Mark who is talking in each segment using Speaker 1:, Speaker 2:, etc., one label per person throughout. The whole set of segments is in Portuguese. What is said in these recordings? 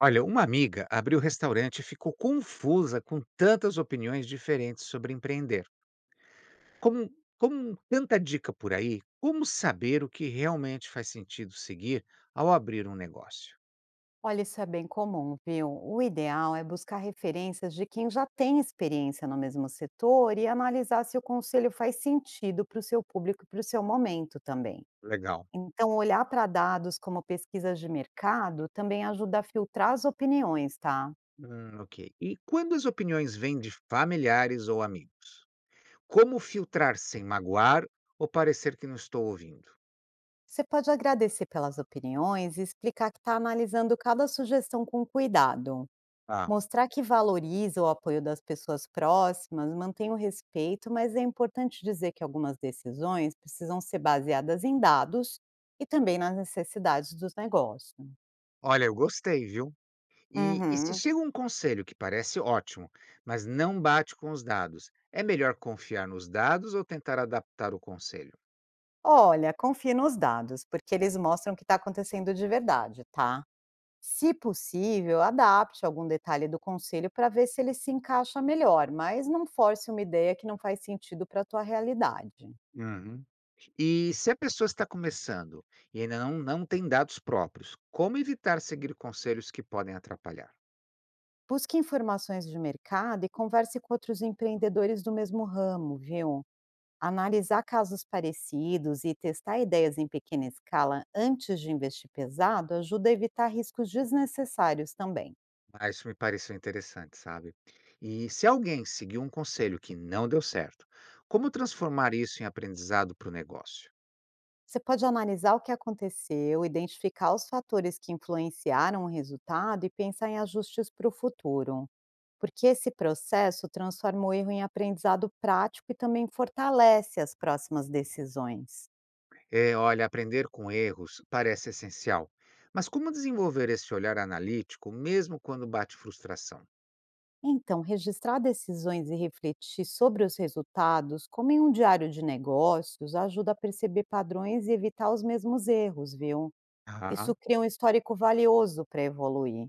Speaker 1: Olha, uma amiga abriu restaurante e ficou confusa com tantas opiniões diferentes sobre empreender. Como, como tanta dica por aí, como saber o que realmente faz sentido seguir ao abrir um negócio?
Speaker 2: Olha, isso é bem comum, viu? O ideal é buscar referências de quem já tem experiência no mesmo setor e analisar se o conselho faz sentido para o seu público e para o seu momento também.
Speaker 1: Legal.
Speaker 2: Então, olhar para dados como pesquisas de mercado também ajuda a filtrar as opiniões, tá?
Speaker 1: Ok. E quando as opiniões vêm de familiares ou amigos? Como filtrar sem magoar ou parecer que não estou ouvindo?
Speaker 2: Você pode agradecer pelas opiniões e explicar que está analisando cada sugestão com cuidado.
Speaker 1: Ah,
Speaker 2: Mostrar que valoriza o apoio das pessoas próximas, mantém o respeito, mas é importante dizer que algumas decisões precisam ser baseadas em dados e também nas necessidades dos negócios.
Speaker 1: olha, eu gostei, viu? E se
Speaker 2: Uhum.
Speaker 1: chega um conselho que parece ótimo, mas não bate com os dados, é melhor confiar nos dados ou tentar adaptar o conselho?
Speaker 2: Olha, confie nos dados, porque eles mostram o que está acontecendo de verdade, tá? Se possível, adapte algum detalhe do conselho para ver se ele se encaixa melhor, mas não force uma ideia que não faz sentido para a tua realidade.
Speaker 1: Uhum. E se a pessoa está começando e ainda não tem dados próprios, como evitar seguir conselhos que podem atrapalhar?
Speaker 2: Busque informações de mercado e converse com outros empreendedores do mesmo ramo, viu? Analisar casos parecidos e testar ideias em pequena escala antes de investir pesado ajuda a evitar riscos desnecessários também.
Speaker 1: Ah, isso me pareceu interessante, sabe? E se alguém seguiu um conselho que não deu certo, como transformar isso em aprendizado para o negócio?
Speaker 2: Você pode analisar o que aconteceu, identificar os fatores que influenciaram o resultado e pensar em ajustes para o futuro, porque esse processo transforma o erro em aprendizado prático e também fortalece as próximas decisões.
Speaker 1: É, olha, aprender com erros parece essencial, mas como desenvolver esse olhar analítico mesmo quando bate frustração?
Speaker 2: Então, registrar decisões e refletir sobre os resultados, como em um diário de negócios, ajuda a perceber padrões e evitar os mesmos erros, viu?
Speaker 1: Ah,
Speaker 2: Isso cria um histórico valioso para evoluir.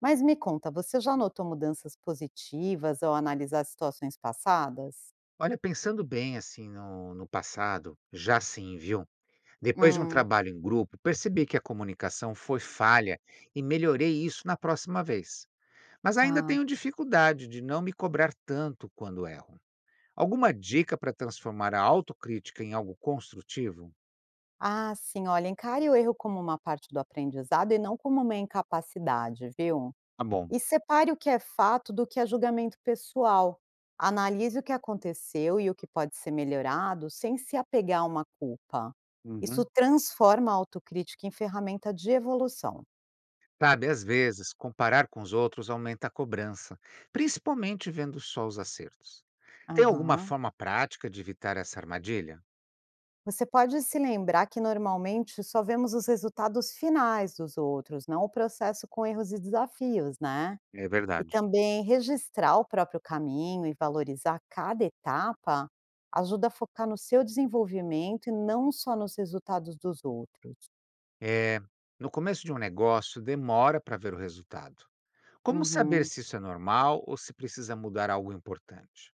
Speaker 2: Mas me conta, você já notou mudanças positivas ao analisar situações passadas?
Speaker 1: olha, pensando bem assim no passado, já sim, viu? Depois de um
Speaker 2: Hum,
Speaker 1: trabalho em grupo, percebi que a comunicação foi falha e melhorei isso na próxima vez. Mas ainda
Speaker 2: tá.
Speaker 1: tenho dificuldade de não me cobrar tanto quando erro. Alguma dica para transformar a autocrítica em algo construtivo?
Speaker 2: Ah, sim, olha, encare o erro como uma parte do aprendizado e não como uma incapacidade, viu?
Speaker 1: Tá bom.
Speaker 2: E separe o que é fato do que é julgamento pessoal. Analise o que aconteceu e o que pode ser melhorado sem se apegar a uma culpa. Isso
Speaker 1: Uhum.
Speaker 2: transforma a autocrítica em ferramenta de evolução.
Speaker 1: Sabe, às vezes, comparar com os outros aumenta a cobrança, principalmente vendo só os acertos. Tem alguma
Speaker 2: Aham.
Speaker 1: forma prática de evitar essa armadilha?
Speaker 2: Você pode se lembrar que normalmente só vemos os resultados finais dos outros, não o processo com erros e desafios, né?
Speaker 1: É
Speaker 2: E
Speaker 1: verdade.
Speaker 2: também registrar o próprio caminho e valorizar cada etapa ajuda a focar no seu desenvolvimento e não só nos resultados dos outros.
Speaker 1: É, no começo de um negócio, demora para ver o resultado. Como saber
Speaker 2: Uhum.
Speaker 1: se isso é normal ou se precisa mudar algo importante?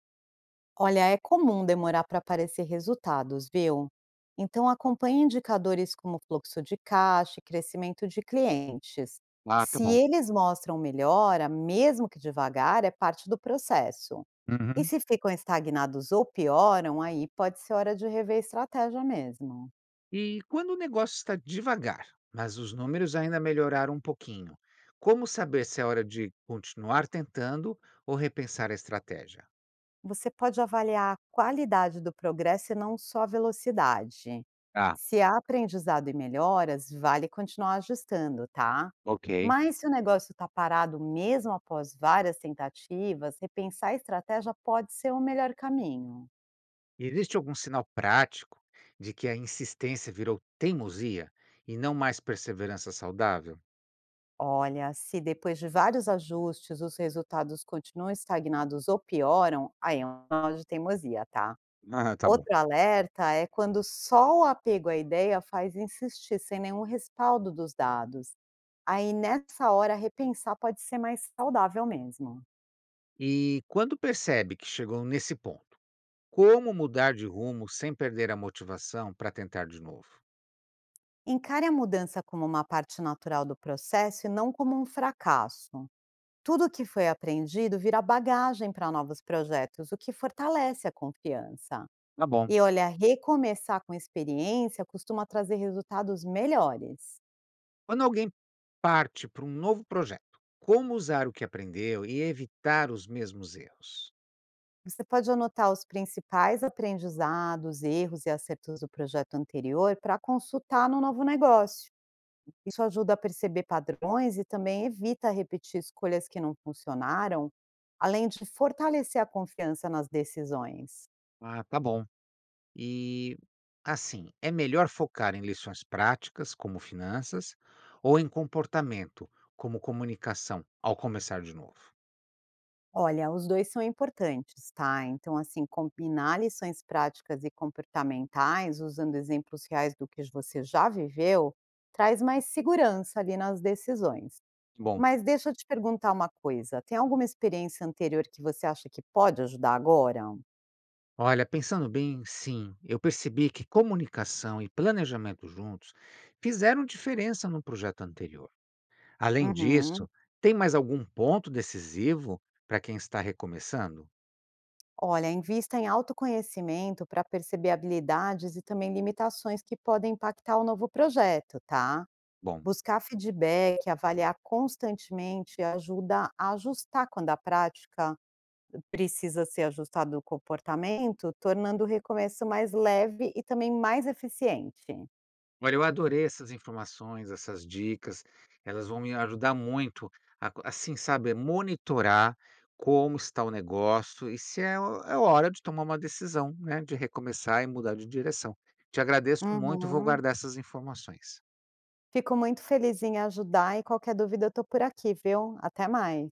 Speaker 2: Olha, é comum demorar para aparecer resultados, viu? Então acompanhe indicadores como fluxo de caixa e crescimento de clientes.
Speaker 1: Ah, tá
Speaker 2: Se
Speaker 1: bom.
Speaker 2: eles mostram melhora, mesmo que devagar, é parte do processo. E
Speaker 1: Uhum.
Speaker 2: se ficam estagnados ou pioram, aí pode ser hora de rever a estratégia mesmo.
Speaker 1: E quando o negócio está devagar, mas os números ainda melhoraram um pouquinho, como saber se é hora de continuar tentando ou repensar a estratégia?
Speaker 2: Você pode avaliar a qualidade do progresso e não só a velocidade.
Speaker 1: Ah,
Speaker 2: Se há aprendizado e melhoras, vale continuar ajustando, tá?
Speaker 1: ok.
Speaker 2: Mas se o negócio está parado mesmo após várias tentativas, repensar a estratégia pode ser o melhor caminho.
Speaker 1: E existe algum sinal prático de que a insistência virou teimosia e não mais perseverança saudável?
Speaker 2: Olha, se depois de vários ajustes os resultados continuam estagnados ou pioram, aí é um sinal de teimosia, tá?
Speaker 1: Ah, tá bom.
Speaker 2: Outro alerta é quando só o apego à ideia faz insistir sem nenhum respaldo dos dados. Aí, nessa hora, repensar pode ser mais saudável mesmo.
Speaker 1: E quando percebe que chegou nesse ponto, como mudar de rumo sem perder a motivação para tentar de novo?
Speaker 2: Encare a mudança como uma parte natural do processo e não como um fracasso. Tudo que foi aprendido vira bagagem para novos projetos, o que fortalece a confiança.
Speaker 1: Tá bom.
Speaker 2: E olha, recomeçar com experiência costuma trazer resultados melhores.
Speaker 1: Quando alguém parte para um novo projeto, como usar o que aprendeu e evitar os mesmos erros?
Speaker 2: Você pode anotar os principais aprendizados, erros e acertos do projeto anterior para consultar no novo negócio. Isso ajuda a perceber padrões e também evita repetir escolhas que não funcionaram, além de fortalecer a confiança nas decisões.
Speaker 1: Ah, tá bom. E, assim, é melhor focar em lições práticas, como finanças, ou em comportamento, como comunicação, ao começar de novo?
Speaker 2: Olha, os dois são importantes, tá? Então, assim, combinar lições práticas e comportamentais, usando exemplos reais do que você já viveu, traz mais segurança ali nas decisões.
Speaker 1: Bom,
Speaker 2: Mas deixa eu te perguntar uma coisa, tem alguma experiência anterior que você acha que pode ajudar agora?
Speaker 1: olha, pensando bem, sim, eu percebi que comunicação e planejamento juntos fizeram diferença no projeto anterior. Além
Speaker 2: Uhum.
Speaker 1: disso, tem mais algum ponto decisivo para quem está recomeçando?
Speaker 2: Olha, invista em autoconhecimento para perceber habilidades e também limitações que podem impactar o novo projeto, tá?
Speaker 1: Bom.
Speaker 2: Buscar feedback, avaliar constantemente ajuda a ajustar quando a prática precisa ser ajustada o comportamento, tornando o recomeço mais leve e também mais eficiente.
Speaker 1: Olha, eu adorei essas informações, essas dicas. Elas vão me ajudar muito a, assim, sabe, monitorar como está o negócio e se é, é hora de tomar uma decisão, né, de recomeçar e mudar de direção. Te agradeço muito, vou
Speaker 2: Uhum.
Speaker 1: guardar essas informações.
Speaker 2: Fico muito feliz em ajudar e qualquer dúvida eu tô por aqui, viu? Até mais.